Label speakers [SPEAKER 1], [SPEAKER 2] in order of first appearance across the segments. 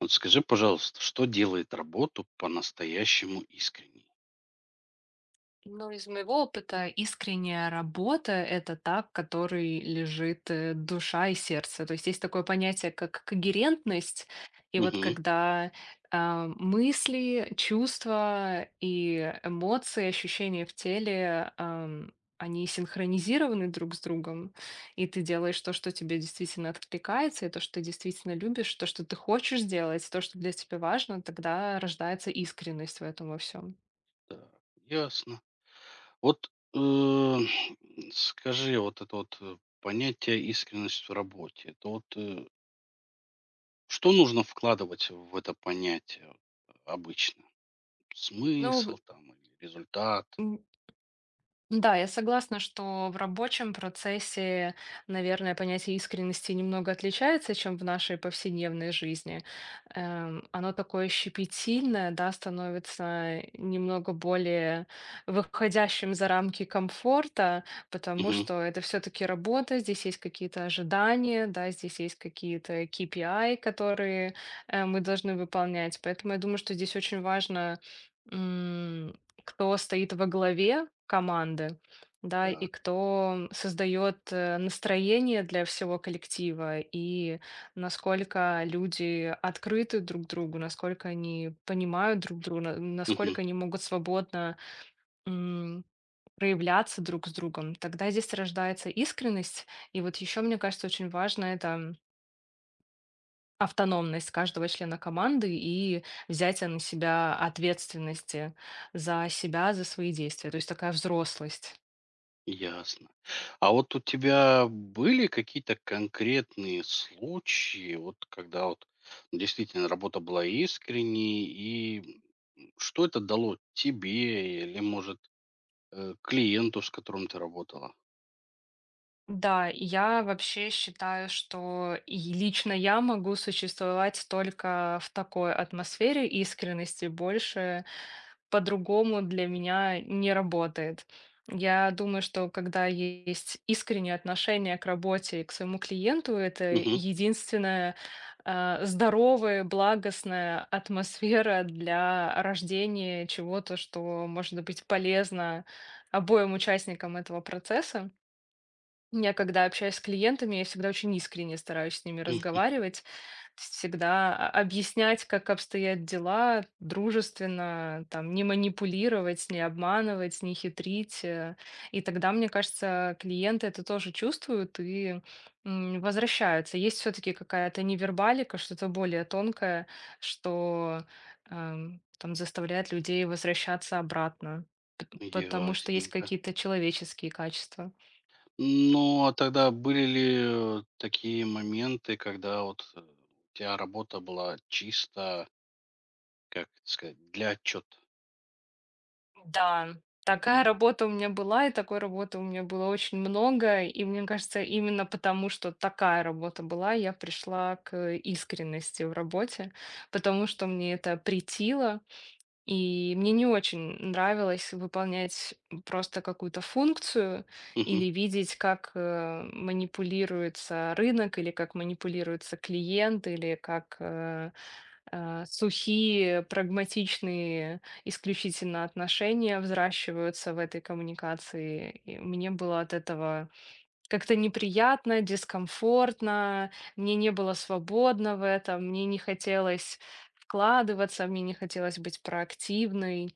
[SPEAKER 1] Вот скажи, пожалуйста, что делает работу по-настоящему искренней?
[SPEAKER 2] Ну, из моего опыта искренняя работа – это та, в которой лежит душа и сердце. То есть есть такое понятие, как когерентность. И вот
[SPEAKER 1] Мгм.
[SPEAKER 2] когда мысли, чувства и эмоции, ощущения в теле, они синхронизированы друг с другом, и ты делаешь то, что тебе действительно откликается, и то, что ты действительно любишь, то, что ты хочешь делать, то, что для тебя важно, тогда рождается искренность в этом во всем.
[SPEAKER 1] Так, ясно. Вот скажи, вот это вот понятие искренность в работе, это вот что нужно вкладывать в это понятие вот, обычно?
[SPEAKER 2] Ну,
[SPEAKER 1] Смысл там или результат?
[SPEAKER 2] м, Да, я согласна, что в рабочем процессе, наверное, понятие искренности немного отличается, чем в нашей повседневной жизни. Оно такое щепетильное, да, становится немного более выходящим за рамки комфорта, потому
[SPEAKER 1] Мгм.
[SPEAKER 2] что это все-таки работа, здесь есть какие-то ожидания, да, здесь есть какие-то KPI, которые мы должны выполнять. Поэтому я думаю, что здесь очень важно, кто стоит во главе команды, да, и
[SPEAKER 1] Так.
[SPEAKER 2] кто создает настроение для всего коллектива, и насколько люди открыты друг другу, насколько они понимают друг друга, насколько они могут свободно м, проявляться друг с другом. Тогда здесь рождается искренность. И вот еще, мне кажется, очень важно это автономность каждого члена команды и взятие на себя ответственности за себя, за свои действия. То есть такая взрослость.
[SPEAKER 1] Ясно. А вот у тебя были какие-то конкретные случаи, вот когда вот действительно работа была искренней, и что это дало тебе или, может, клиенту, с которым ты работала?
[SPEAKER 2] Да, я вообще считаю, что и лично я могу существовать только в такой атмосфере искренности. Больше по-другому для меня не работает. Я думаю, что когда есть искреннее отношение к работе и к своему клиенту, это
[SPEAKER 1] Мгм.
[SPEAKER 2] единственная здоровая, благостная атмосфера для рождения чего-то, что может быть полезно обоим участникам этого процесса. Я когда общаюсь с клиентами, я всегда очень искренне стараюсь с ними
[SPEAKER 1] М.
[SPEAKER 2] разговаривать, всегда объяснять, как обстоят дела, дружественно, там, не манипулировать, не обманывать, не хитрить. И тогда, мне кажется, клиенты это тоже чувствуют и возвращаются. Есть все-таки какая-то невербалика, что-то более тонкое, что там заставляет людей возвращаться обратно, потому что есть
[SPEAKER 1] Ясненько.
[SPEAKER 2] какие-то человеческие качества.
[SPEAKER 1] Ну, а тогда были ли такие моменты, когда вот у тебя работа была чисто, как это сказать, для отчета?
[SPEAKER 2] Да, такая работа у меня была, и такой работы у меня было очень много. И мне кажется, именно потому, что такая работа была, я пришла к искренности в работе, потому что мне это претило, и мне не очень нравилось выполнять просто какую-то функцию
[SPEAKER 1] Угу.
[SPEAKER 2] или видеть, как манипулируется рынок, или как манипулируется клиент, или как сухие, прагматичные исключительно отношения взращиваются в этой коммуникации. И мне было от этого как-то неприятно, дискомфортно, мне не было свободно в этом, мне не хотелось вкладываться, мне не хотелось быть проактивной,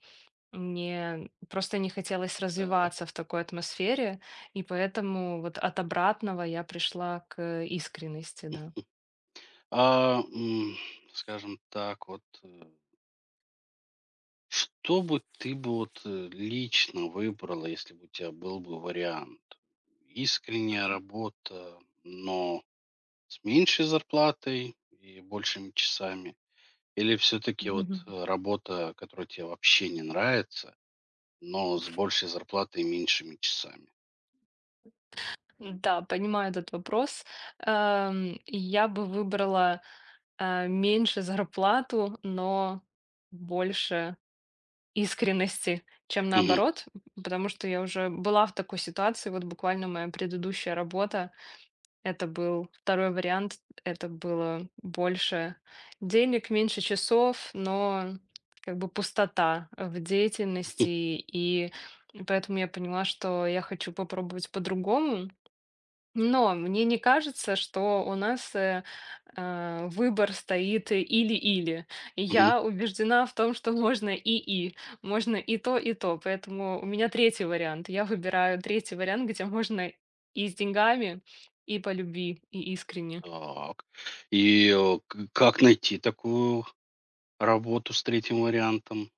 [SPEAKER 2] мне просто не хотелось развиваться в такой атмосфере, и поэтому вот от обратного я пришла к искренности, да.
[SPEAKER 1] А, м, Скажем так, вот, что бы ты бы вот лично выбрала, если бы у тебя был бы вариант? Искренняя
[SPEAKER 2] Мгм.
[SPEAKER 1] работа, но с меньшей зарплатой и большими часами? Или все-таки вот работа, которая тебе вообще не нравится, но с большей зарплатой и меньшими часами?
[SPEAKER 2] Да, понимаю этот вопрос. Я бы выбрала, меньше зарплату, но больше искренности, чем
[SPEAKER 1] Мгм.
[SPEAKER 2] наоборот, потому что я уже была в такой ситуации. Вот буквально моя предыдущая работа – это был второй вариант. Это было больше денег, меньше часов, но как бы пустота в деятельности. И поэтому я поняла, что я хочу попробовать по-другому. Но мне не кажется, что у нас выбор стоит или-или. И
[SPEAKER 1] Мгм.
[SPEAKER 2] я убеждена в том, что можно можно и то, и то. Поэтому у меня третий вариант. Я выбираю третий вариант, где можно и с деньгами, и по любви, и искренне.
[SPEAKER 1] Так. И как найти такую работу с третьим вариантом?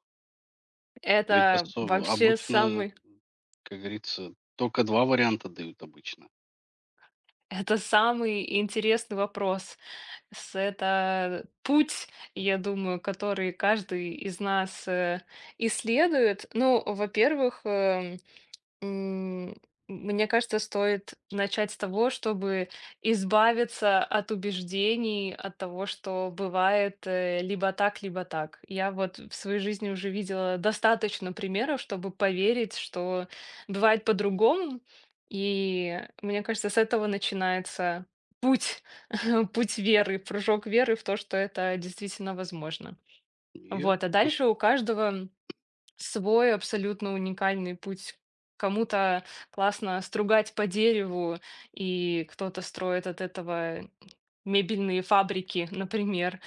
[SPEAKER 1] Ведь
[SPEAKER 2] Это
[SPEAKER 1] осо
[SPEAKER 2] вообще
[SPEAKER 1] обычно,
[SPEAKER 2] самый
[SPEAKER 1] как говорится, только 2 варианта дают обычно.
[SPEAKER 2] это самый интересный вопрос. С Это путь, я думаю, который каждый из нас исследует. Ну, во-первых, М, мне кажется, стоит начать с того, чтобы избавиться от убеждений, от того, что бывает, либо так, либо так. Я вот в своей жизни уже видела достаточно примеров, чтобы поверить, что бывает по-другому. И мне кажется, с этого начинается путь, путь веры, прыжок веры в то, что это действительно возможно.
[SPEAKER 1] Е
[SPEAKER 2] Вот, а дальше у каждого свой абсолютно уникальный путь. Кому-то классно стругать по дереву, и кто-то строит от этого мебельные фабрики, например,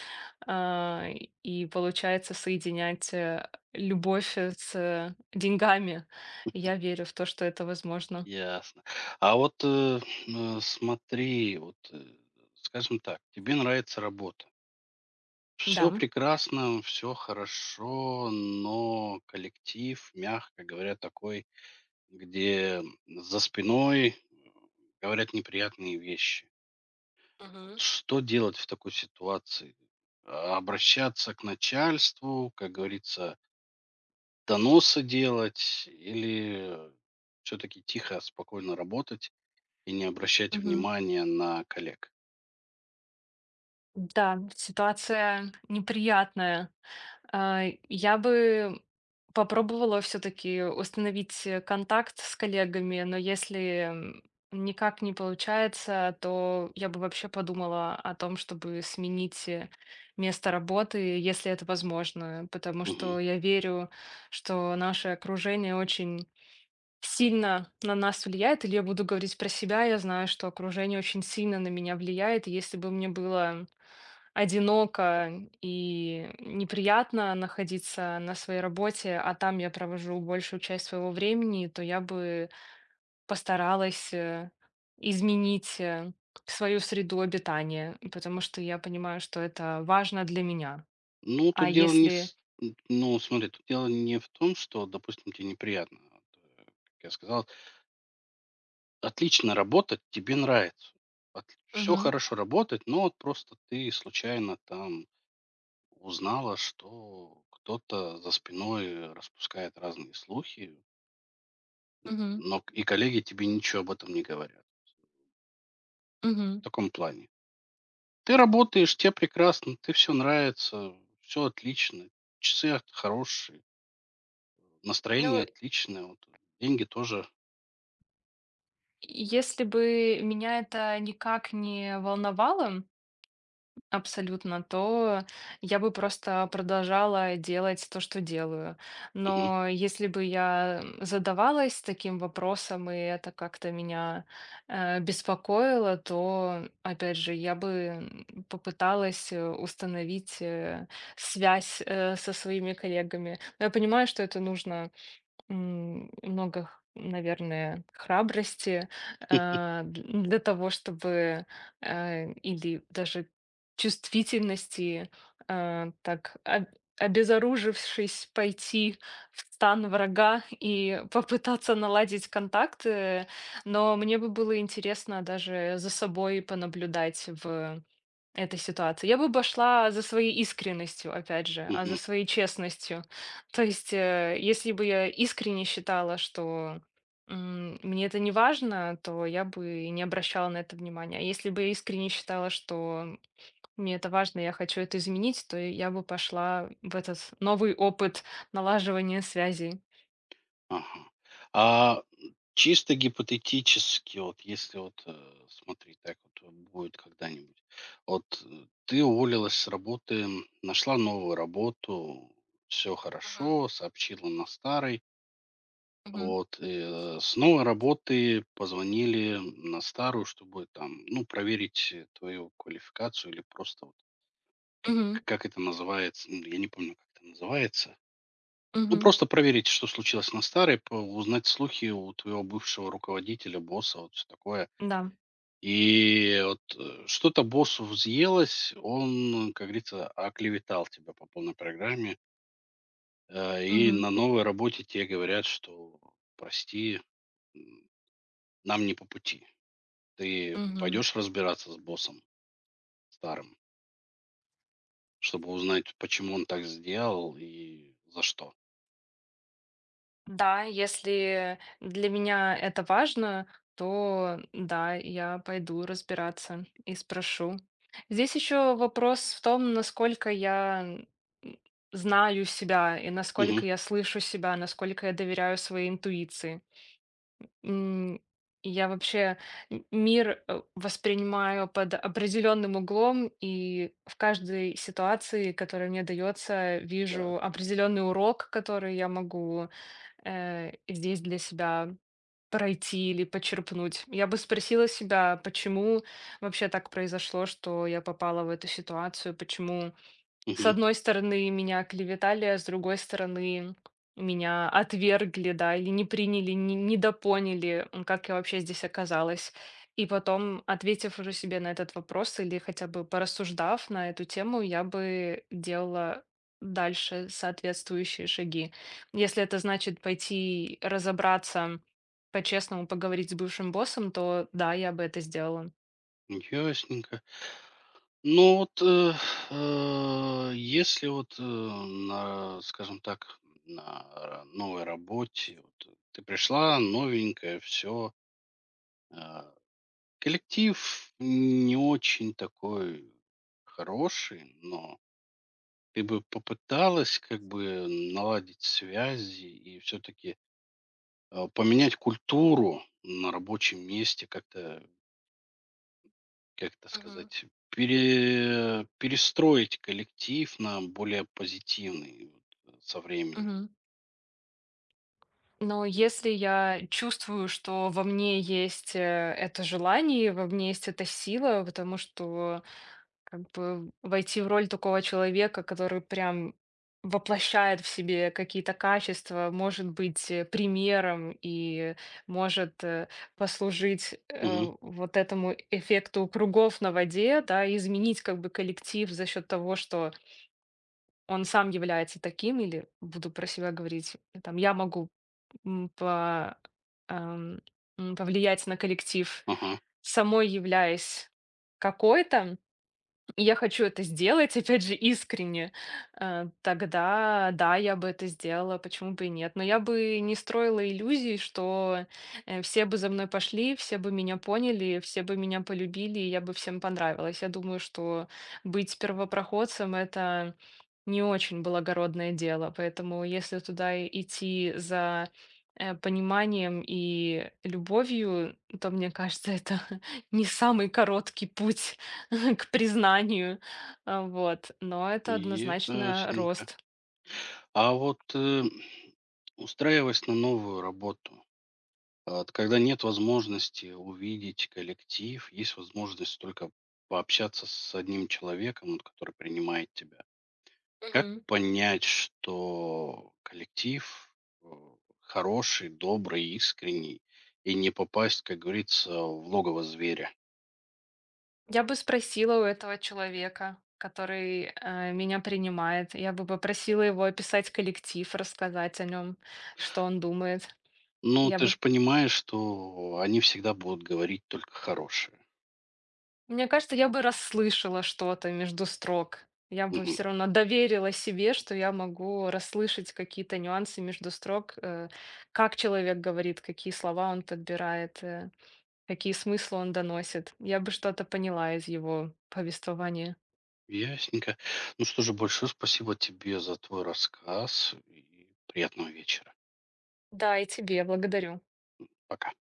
[SPEAKER 2] А, и получается соединять любовь с деньгами. Я верю в то, что это возможно.
[SPEAKER 1] Ясно. А вот, смотри, вот, скажем так, тебе нравится работа. Все
[SPEAKER 2] Да.
[SPEAKER 1] прекрасно, все хорошо, но коллектив, мягко говоря, такой, где за спиной говорят неприятные вещи. Вот
[SPEAKER 2] Мгм.
[SPEAKER 1] что делать в такой ситуации? Обращаться к начальству, как говорится, доносы делать или все-таки тихо, спокойно работать и не обращать
[SPEAKER 2] Мгм.
[SPEAKER 1] внимания на коллег?
[SPEAKER 2] Да, ситуация неприятная, я бы попробовала все-таки установить контакт с коллегами, но если никак не получается, то я бы вообще подумала о том, чтобы сменить место работы, если это возможно, потому
[SPEAKER 1] Мгм.
[SPEAKER 2] что я верю, что наше окружение очень сильно на нас влияет, или я буду говорить про себя, я знаю, что окружение очень сильно на меня влияет, и если бы мне было одиноко и неприятно находиться на своей работе, а там я провожу большую часть своего времени, то я бы постаралась, изменить, свою среду обитания, потому что я понимаю, что это важно для меня.
[SPEAKER 1] Ну,
[SPEAKER 2] А
[SPEAKER 1] тут дело не...
[SPEAKER 2] если
[SPEAKER 1] с- н- ну, смотри, тут дело не в том, что, допустим, тебе неприятно. Вот, как я сказал, отлично работать, тебе нравится. Все
[SPEAKER 2] Мгм.
[SPEAKER 1] хорошо работать, но вот просто ты случайно там узнала, что кто-то за спиной распускает разные слухи,
[SPEAKER 2] Мгм.
[SPEAKER 1] но и коллеги тебе ничего об этом не говорят.
[SPEAKER 2] Мгм.
[SPEAKER 1] В таком плане. Ты работаешь, те прекрасно, ты все нравится, все отлично, часы от хорошие,
[SPEAKER 2] Ну,
[SPEAKER 1] настроение отличное, вот, деньги тоже.
[SPEAKER 2] если бы меня это никак не волновало, абсолютно, то я бы просто продолжала делать то, что делаю.
[SPEAKER 1] Мгм,
[SPEAKER 2] Но если бы я задавалась таким вопросом, и это как-то меня беспокоило, то, опять же, я бы попыталась установить связь со своими коллегами. Но я понимаю, что это нужно много, наверное, храбрости для того, чтобы или даже чувствительности, так обезоружившись, пойти в стан врага и попытаться наладить контакты. Но мне бы было интересно даже за собой понаблюдать в этой ситуации. Я бы обошла за своей искренностью, опять же, а за
[SPEAKER 1] мгм,
[SPEAKER 2] своей честностью. То есть, если бы я искренне считала, что мне это не важно, то я бы и не обращала на это внимания. А если бы я искренне считала, что мне это важно, я хочу это изменить, то я бы пошла в этот новый опыт налаживания связей.
[SPEAKER 1] ага. А, Чисто гипотетически, вот если вот, смотри, так вот будет когда-нибудь. Вот, ты уволилась с работы, нашла новую работу, все
[SPEAKER 2] Мгм.
[SPEAKER 1] хорошо, сообщила на старой.
[SPEAKER 2] Мгм.
[SPEAKER 1] Вот, с новой работы позвонили на старую, чтобы там, ну, проверить твою квалификацию или просто вот,
[SPEAKER 2] Мгм.
[SPEAKER 1] как это называется, ну, я не помню, как это называется. Ну,
[SPEAKER 2] Мгм.
[SPEAKER 1] просто проверить, что случилось на старой, узнать слухи у твоего бывшего руководителя, босса, вот все такое.
[SPEAKER 2] Да.
[SPEAKER 1] И вот что-то боссу взъелось, он, как говорится, оклеветал тебя по полной программе. И
[SPEAKER 2] Мгм.
[SPEAKER 1] на новой работе тебе говорят, что прости, м, нам не по пути. Ты
[SPEAKER 2] Мгм.
[SPEAKER 1] пойдешь разбираться с боссом старым, чтобы узнать, почему он так сделал и за что?
[SPEAKER 2] Да, если для меня это важно, то да, я пойду разбираться и спрошу. Здесь еще вопрос в том, насколько я знаю себя и
[SPEAKER 1] Мгм.
[SPEAKER 2] насколько я слышу себя, насколько я доверяю своей интуиции. М, Я вообще мир воспринимаю под определенным углом, и в каждой ситуации, которая мне дается, вижу
[SPEAKER 1] Так.
[SPEAKER 2] определенный урок, который я могу здесь для себя пройти или почерпнуть. Я бы спросила себя, почему вообще так произошло, что я попала в эту ситуацию, почему с
[SPEAKER 1] Мгм.
[SPEAKER 2] одной стороны, меня клеветали, а с другой стороны, меня отвергли, да, или не приняли, не, недопоняли, как я вообще здесь оказалась. И потом, ответив уже себе на этот вопрос или хотя бы порассуждав на эту тему, я бы делала дальше соответствующие шаги. Если это значит пойти разобраться, по-честному поговорить с бывшим боссом, то да, я бы это сделала.
[SPEAKER 1] Ясненько. Ну вот, если вот, скажем так, на новой работе, вот ты пришла, новенькая, все. Коллектив не очень такой хороший, но ты бы попыталась как бы наладить связи и все-таки поменять культуру на рабочем месте, как-то, как это
[SPEAKER 2] Мгм.
[SPEAKER 1] сказать, перестроить коллектив на более позитивный вот, со временем.
[SPEAKER 2] Мгм. Но если я чувствую, что во мне есть это желание, во мне есть эта сила, потому что как бы войти в роль такого человека, который прям воплощает в себе какие-то качества, может быть примером и может послужить
[SPEAKER 1] Мгм.
[SPEAKER 2] вот этому эффекту кругов на воде, да, и изменить как бы коллектив за счет того, что он сам является таким, или буду про себя говорить, там, я могу М, по, ам, повлиять на коллектив,
[SPEAKER 1] Ага.
[SPEAKER 2] самой являясь какой-то. И я хочу это сделать, опять же, искренне, тогда да, я бы это сделала, почему бы и нет. Но я бы не строила иллюзий, что, все бы за мной пошли, все бы меня поняли, все бы меня полюбили, и я бы всем понравилась. Я думаю, что быть первопроходцем – это не очень благородное дело, поэтому если туда и идти за, пониманием и любовью, то, мне кажется, это не самый короткий путь. К признанию. Но это однозначно
[SPEAKER 1] Ясненько.
[SPEAKER 2] рост.
[SPEAKER 1] А вот, устраиваясь на новую работу, а, т когда нет возможности увидеть коллектив, есть возможность только пообщаться с одним человеком, вот который принимает тебя. Как
[SPEAKER 2] Мгм.
[SPEAKER 1] понять, что коллектив э, хороший, добрый, искренний, и не попасть, как говорится, в логово зверя?
[SPEAKER 2] Я бы спросила у этого человека, который, меня принимает. Я бы попросила его описать коллектив, рассказать о нем, что он думает.
[SPEAKER 1] Ну,
[SPEAKER 2] Я
[SPEAKER 1] ты
[SPEAKER 2] бы
[SPEAKER 1] же понимаешь, что они всегда будут говорить только хорошее.
[SPEAKER 2] Мне кажется, я бы расслышала что-то между строк. Я бы
[SPEAKER 1] Мгм.
[SPEAKER 2] все равно доверила себе, что я могу расслышать какие-то нюансы между строк, как человек говорит, какие слова он подбирает, какие смыслы он доносит. Я бы что-то поняла из его повествования.
[SPEAKER 1] Ясненько. Ну что же, большое спасибо тебе за твой рассказ и приятного вечера.
[SPEAKER 2] Да, и тебе благодарю.
[SPEAKER 1] Пока.